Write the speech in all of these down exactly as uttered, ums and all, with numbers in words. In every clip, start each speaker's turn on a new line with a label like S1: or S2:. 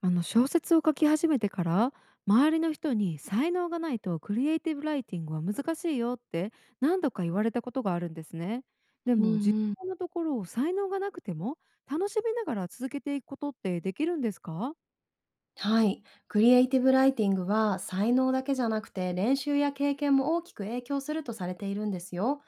S1: あの小説を書き始めてから周りの人に才能がないとクリエイティブライティングは難しいよって何度か言われたことがあるんですね。で
S2: うんう
S1: も実
S2: ん、
S1: 際のところ才能がなくても楽しみながら続けていくことってできるんですか？
S2: はい。クリエイティブライティングは才能だけじゃなくて、練習や経験も大きく影響するとされているんですよ。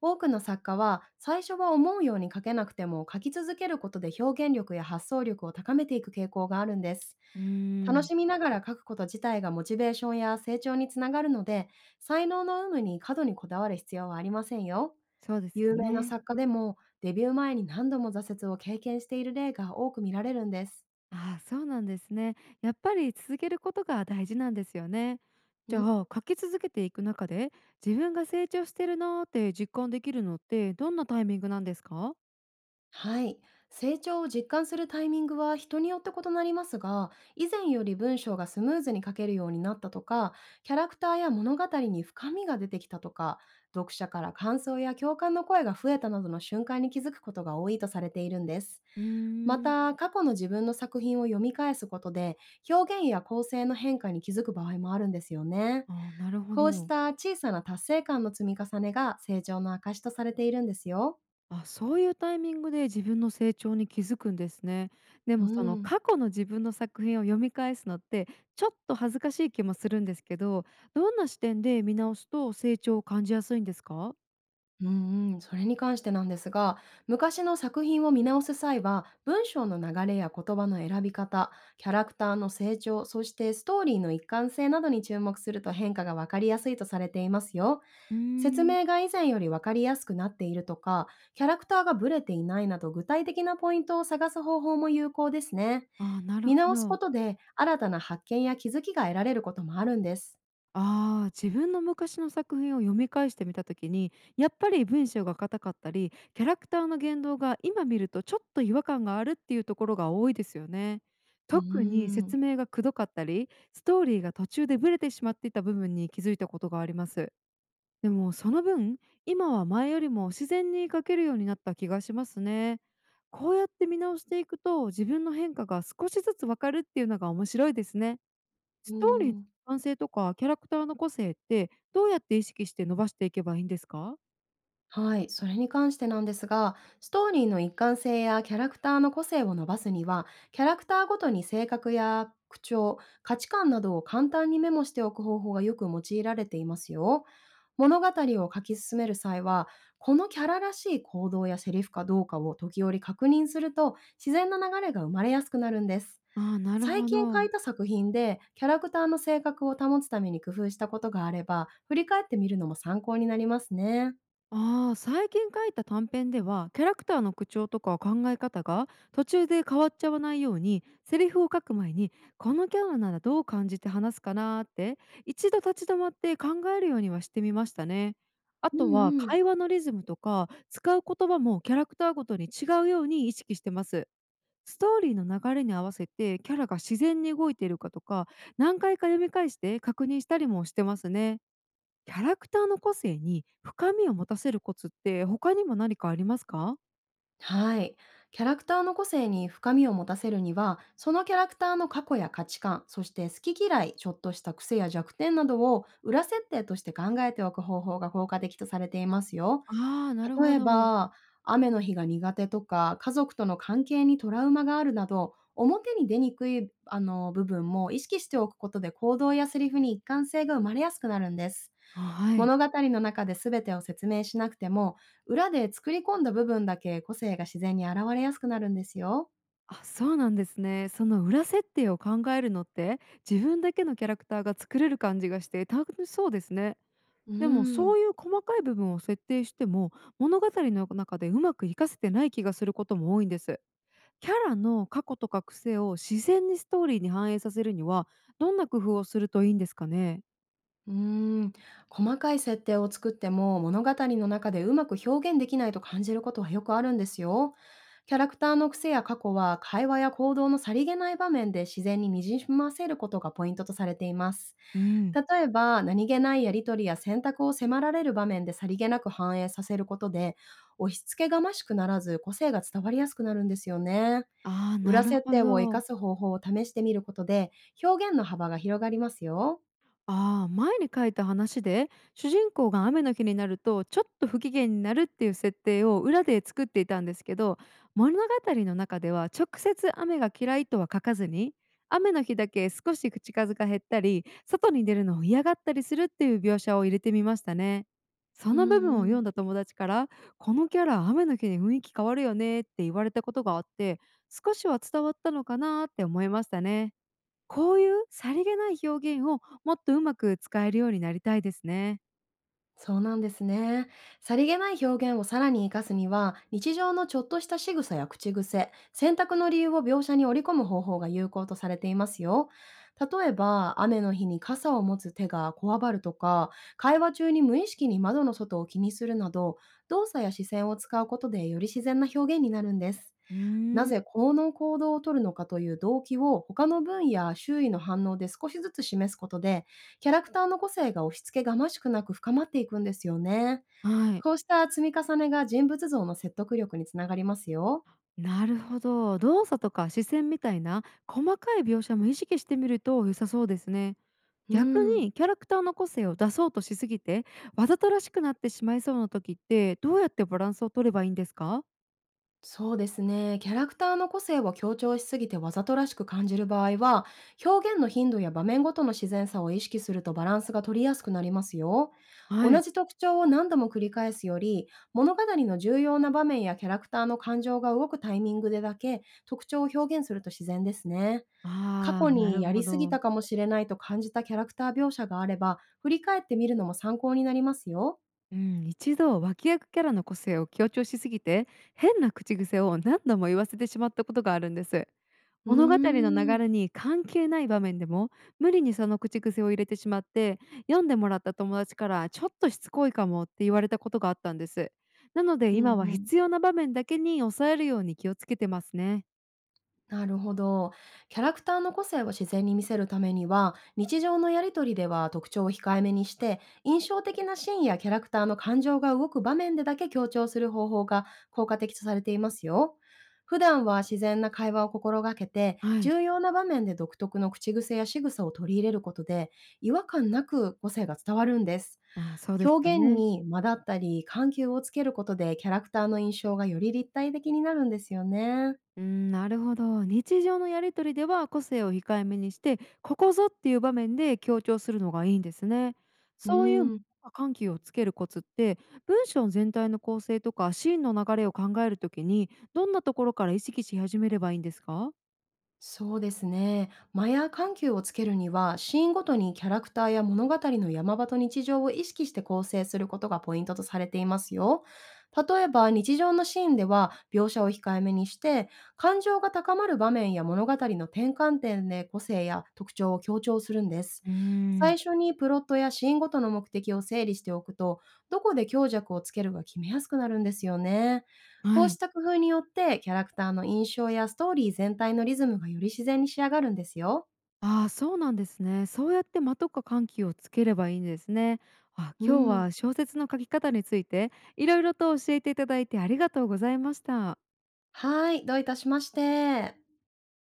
S2: 多くの作家は最初は思うように書けなくても、書き続けることで表現力や発想力を高めていく傾向があるんです。
S1: うー
S2: 楽
S1: ん
S2: しみながら書くこと自体がモチベーションや成長につながるので、才能の有無に過度にこだわる必要はありませんよ。
S1: そうです
S2: 有
S1: よ
S2: 名な
S1: ね。
S2: 作家でもデビュー前に何度も挫折を経験している例が多く見られるんです。
S1: ああ、そうなんですね。やっぱり続けることが大事なんですよね。
S2: う
S1: じゃ
S2: ん。
S1: あ書き続けていく中で自分が成長してるなーって実感できるのってどんなタイミングなんですか？
S2: はい。成長を実感するタイミングは人によって異なりますが、以前より文章がスムーズに書けるようになったとか、キャラクターや物語に深みが出てきたとか、読者から感想や共感の声が増えたなどの瞬間に気づくことが多いとされているんです。
S1: うー
S2: ま
S1: ん
S2: た、過去の自分の作品を読み返すことで、表現や構成の変化に気づく場合もあるんですよね。
S1: ああ、なるほ
S2: こうし
S1: ど。
S2: た小さな達成感の積み重ねが成長の証とされているんですよ。
S1: あ、そういうタイミングで自分の成長に気づくんですね。で
S2: う
S1: もその
S2: ん。
S1: 過去の自分の作品を読み返すのってちょっと恥ずかしい気もするんですけど、どんな視点で見直すと成長を感じやすいんですか？
S2: うんうん、それに関してなんですが、昔の作品を見直す際は、文章の流れや言葉の選び方、キャラクターの成長、そしてストーリーの一貫性などに注目すると変化が分かりやすいとされていますよ。
S1: うー
S2: 説
S1: ん。
S2: 明が以前より分かりやすくなっているとか、キャラクターがブレていないなど、具体的なポイントを探す方法も有効ですね。
S1: ああ、なる
S2: 見
S1: ほ
S2: 直すこ
S1: ど。
S2: とで新たな発見や気づきが得られることもあるんです。
S1: ああ、自分の昔の作品を読み返してみた時にやっぱり文章が硬かったりキャラクターの言動が今見るとちょっと違和感があるっていうところが多いですよね。
S2: うー
S1: 特に
S2: ん。
S1: 説明がくどかったりストーリーが途中でブレてしまっていた部分に気づいたことがあります。でもその分今は前よりも自然に描けるようになった気がしますね。こうやって見直していくと自分の変化が少しずつわかるっていうのが面白いですね。ス
S2: う
S1: トーリーの
S2: ん。
S1: 完成とかキャラクターの個性ってどうやって意識して伸ばしていけばいいんですか？
S2: はい、それに関してなんですが、ストーリーの一貫性やキャラクターの個性を伸ばすには、キャラクターごとに性格や口調、価値観などを簡単にメモしておく方法がよく用いられていますよ。物語を書き進める際は、このキャラらしい行動やセリフかどうかを時折確認すると、自然な流れが生まれやすくなるんです。
S1: ああ、なる
S2: 最
S1: ほ
S2: 近書
S1: ど。
S2: いた作品で、キャラクターの性格を保つために工夫したことがあれば、振り返ってみるのも参考になりますね。
S1: ああ、最近書いた短編ではキャラクターの口調とか考え方が途中で変わっちゃわないようにセリフを書く前にこのキャラならどう感じて話すかなーって一度立ち止まって考えるようにはしてみましたね。あ
S2: う
S1: とは
S2: んうん。
S1: 会話のリズムとか使う言葉もキャラクターごとに違うように意識してます。ストーリーの流れに合わせてキャラが自然に動いているかとか何回か読み返して確認したりもしてますね。キャラクターの個性に深みを持たせるコツって他にも何かありますか？
S2: はい。キャラクターの個性に深みを持たせるには、そのキャラクターの過去や価値観、そして好き嫌い、ちょっとした癖や弱点などを裏設定として考えておく方法が効果的とされていますよ。
S1: ああ、なる
S2: 例
S1: ほ
S2: え
S1: ど。
S2: ば、雨の日が苦手とか、家族との関係にトラウマがあるなど、表に出にくいあの部分も意識しておくことで、行動やセリフに一貫性が生まれやすくなるんです。
S1: あ、はい。
S2: 物語の中で全てを説明しなくても、裏で作り込んだ部分だけ個性が自然に現れやすくなるんですよ。
S1: あ、そうなんですね。その裏設定を考えるのって自分だけのキャラクターが作れる感じがして楽しそうですね。
S2: う
S1: でも
S2: ーん。
S1: そういう細かい部分を設定しても物語の中でうまく活かせてない気がすることも多いんです。キャラの過去とか癖を自然にストーリーに反映させるには、どんな工夫をするといいんですかね？
S2: うーん、細かい設定を作っても物語の中でうまく表現できないと感じることはよくあるんですよ。キャラクターの癖や過去は、会話や行動のさりげない場面で自然ににじませることがポイントとされています。
S1: うん。
S2: 例えば、何気ないやり取りや選択を迫られる場面でさりげなく反映させることで、押し付けがましくならず、個性が伝わりやすくなるんですよね。
S1: ああ、な
S2: 裏
S1: る
S2: 設
S1: ほ
S2: 定を活
S1: ど。
S2: かす方法を試してみることで、表現の幅が広がりますよ。
S1: ああ、前に書いた話で主人公が雨の日になるとちょっと不機嫌になるっていう設定を裏で作っていたんですけど物語の中では直接雨が嫌いとは書かずに雨の日だけ少し口数が減ったり外に出るのを嫌がったりするっていう描写を入れてみましたね。そ
S2: う
S1: の部
S2: ん
S1: 分を
S2: う
S1: 読
S2: ん。
S1: んだ友達から「このキャラ雨の日に雰囲気変わるよね」って言われたことがあって少しは伝わったのかなって思いましたね。こういうさりげない表現をもっとうまく使えるようになりたいですね。
S2: そうなんですね。さりげない表現をさらに活かすには、日常のちょっとした仕草や口癖、選択の理由を描写に織り込む方法が有効とされていますよ。例えば、雨の日に傘を持つ手がこわばるとか、会話中に無意識に窓の外を気にするなど、動作や視線を使うことでより自然な表現になるんです。
S1: う
S2: な
S1: ーん。
S2: ぜこの行動をとるのかという動機を他の文や周囲の反応で少しずつ示すことで、キャラクターの個性が押し付けがましくなく深まっていくんですよね。
S1: はい。
S2: こうした積み重ねが人物像の説得力につながりますよ。
S1: なるほど。動作とか視線みたいな細かい描写も意識してみると良さそうですね。
S2: う
S1: 逆
S2: ん。
S1: にキャラクターの個性を出そうとしすぎてわざとらしくなってしまいそうな時ってどうやってバランスを取ればいいんですか？
S2: そうですね。キャラクターの個性を強調しすぎてわざとらしく感じる場合は、表現の頻度や場面ごとの自然さを意識するとバランスが取りやすくなりますよ。同
S1: はい。
S2: じ特徴を何度も繰り返すより、物語の重要な場面やキャラクターの感情が動くタイミングでだけ特徴を表現すると自然ですね。過
S1: ああ、
S2: 去
S1: なる
S2: にや
S1: ほ
S2: りすぎ
S1: ど。
S2: たかもしれないと感じたキャラクター描写があれば、振り返ってみるのも参考になりますよ。
S1: うん、一度脇役キャラの個性を強調しすぎて変な口癖を何度も言わせてしまったことがあるんです。
S2: うー
S1: 物語の流
S2: ん。
S1: れに関係ない場面でも無理にその口癖を入れてしまって読んでもらった友達からちょっとしつこいかもって言われたことがあったんです。なので
S2: う
S1: 今は
S2: んうん。
S1: 必要な場面だけに抑えるように気をつけてますね。
S2: なるほど。キャラクターの個性を自然に見せるためには、日常のやりとりでは特徴を控えめにして、印象的なシーンやキャラクターの感情が動く場面でだけ強調する方法が効果的とされていますよ。普段は自然な会話を心がけて、
S1: はい。
S2: 重要な場面で独特の口癖や仕草を取り入れることで、違和感なく個性が伝わるんです。
S1: ああ、そうですよ
S2: 表現
S1: ね。
S2: に間だったり、緩急をつけることで、キャラクターの印象がより立体的になるんですよね。
S1: うん、なるほど。日常のやり取りでは個性を控えめにして、ここぞっていう場面で強調するのがいいんですね。
S2: う
S1: そういう
S2: ん。
S1: 緩急をつけるコツって、文章全体の構成とかシーンの流れを考えるときに、どんなところから意識し始めればいいんですか？
S2: そうですね。マヤ緩急をつけるには、シーンごとにキャラクターや物語の山場と日常を意識して構成することがポイントとされていますよ。例えば、日常のシーンでは描写を控えめにして、感情が高まる場面や物語の転換点で個性や特徴を強調するんです。
S1: うー
S2: 最
S1: ん、
S2: 初にプロットやシーンごとの目的を整理しておくと、どこで強弱をつけるか決めやすくなるんですよね。こ
S1: は
S2: うし
S1: い。
S2: た工夫によって、キャラクターの印象やストーリー全体のリズムがより自然に仕上がるんですよ。
S1: ああ、そうなんですね。そうやって間とか緩急をつければいいんですね。あ、
S2: う
S1: 今日
S2: ん。
S1: は小説の書き方についていろいろと教えていただいてありがとうございました。
S2: はい、どういたしまして。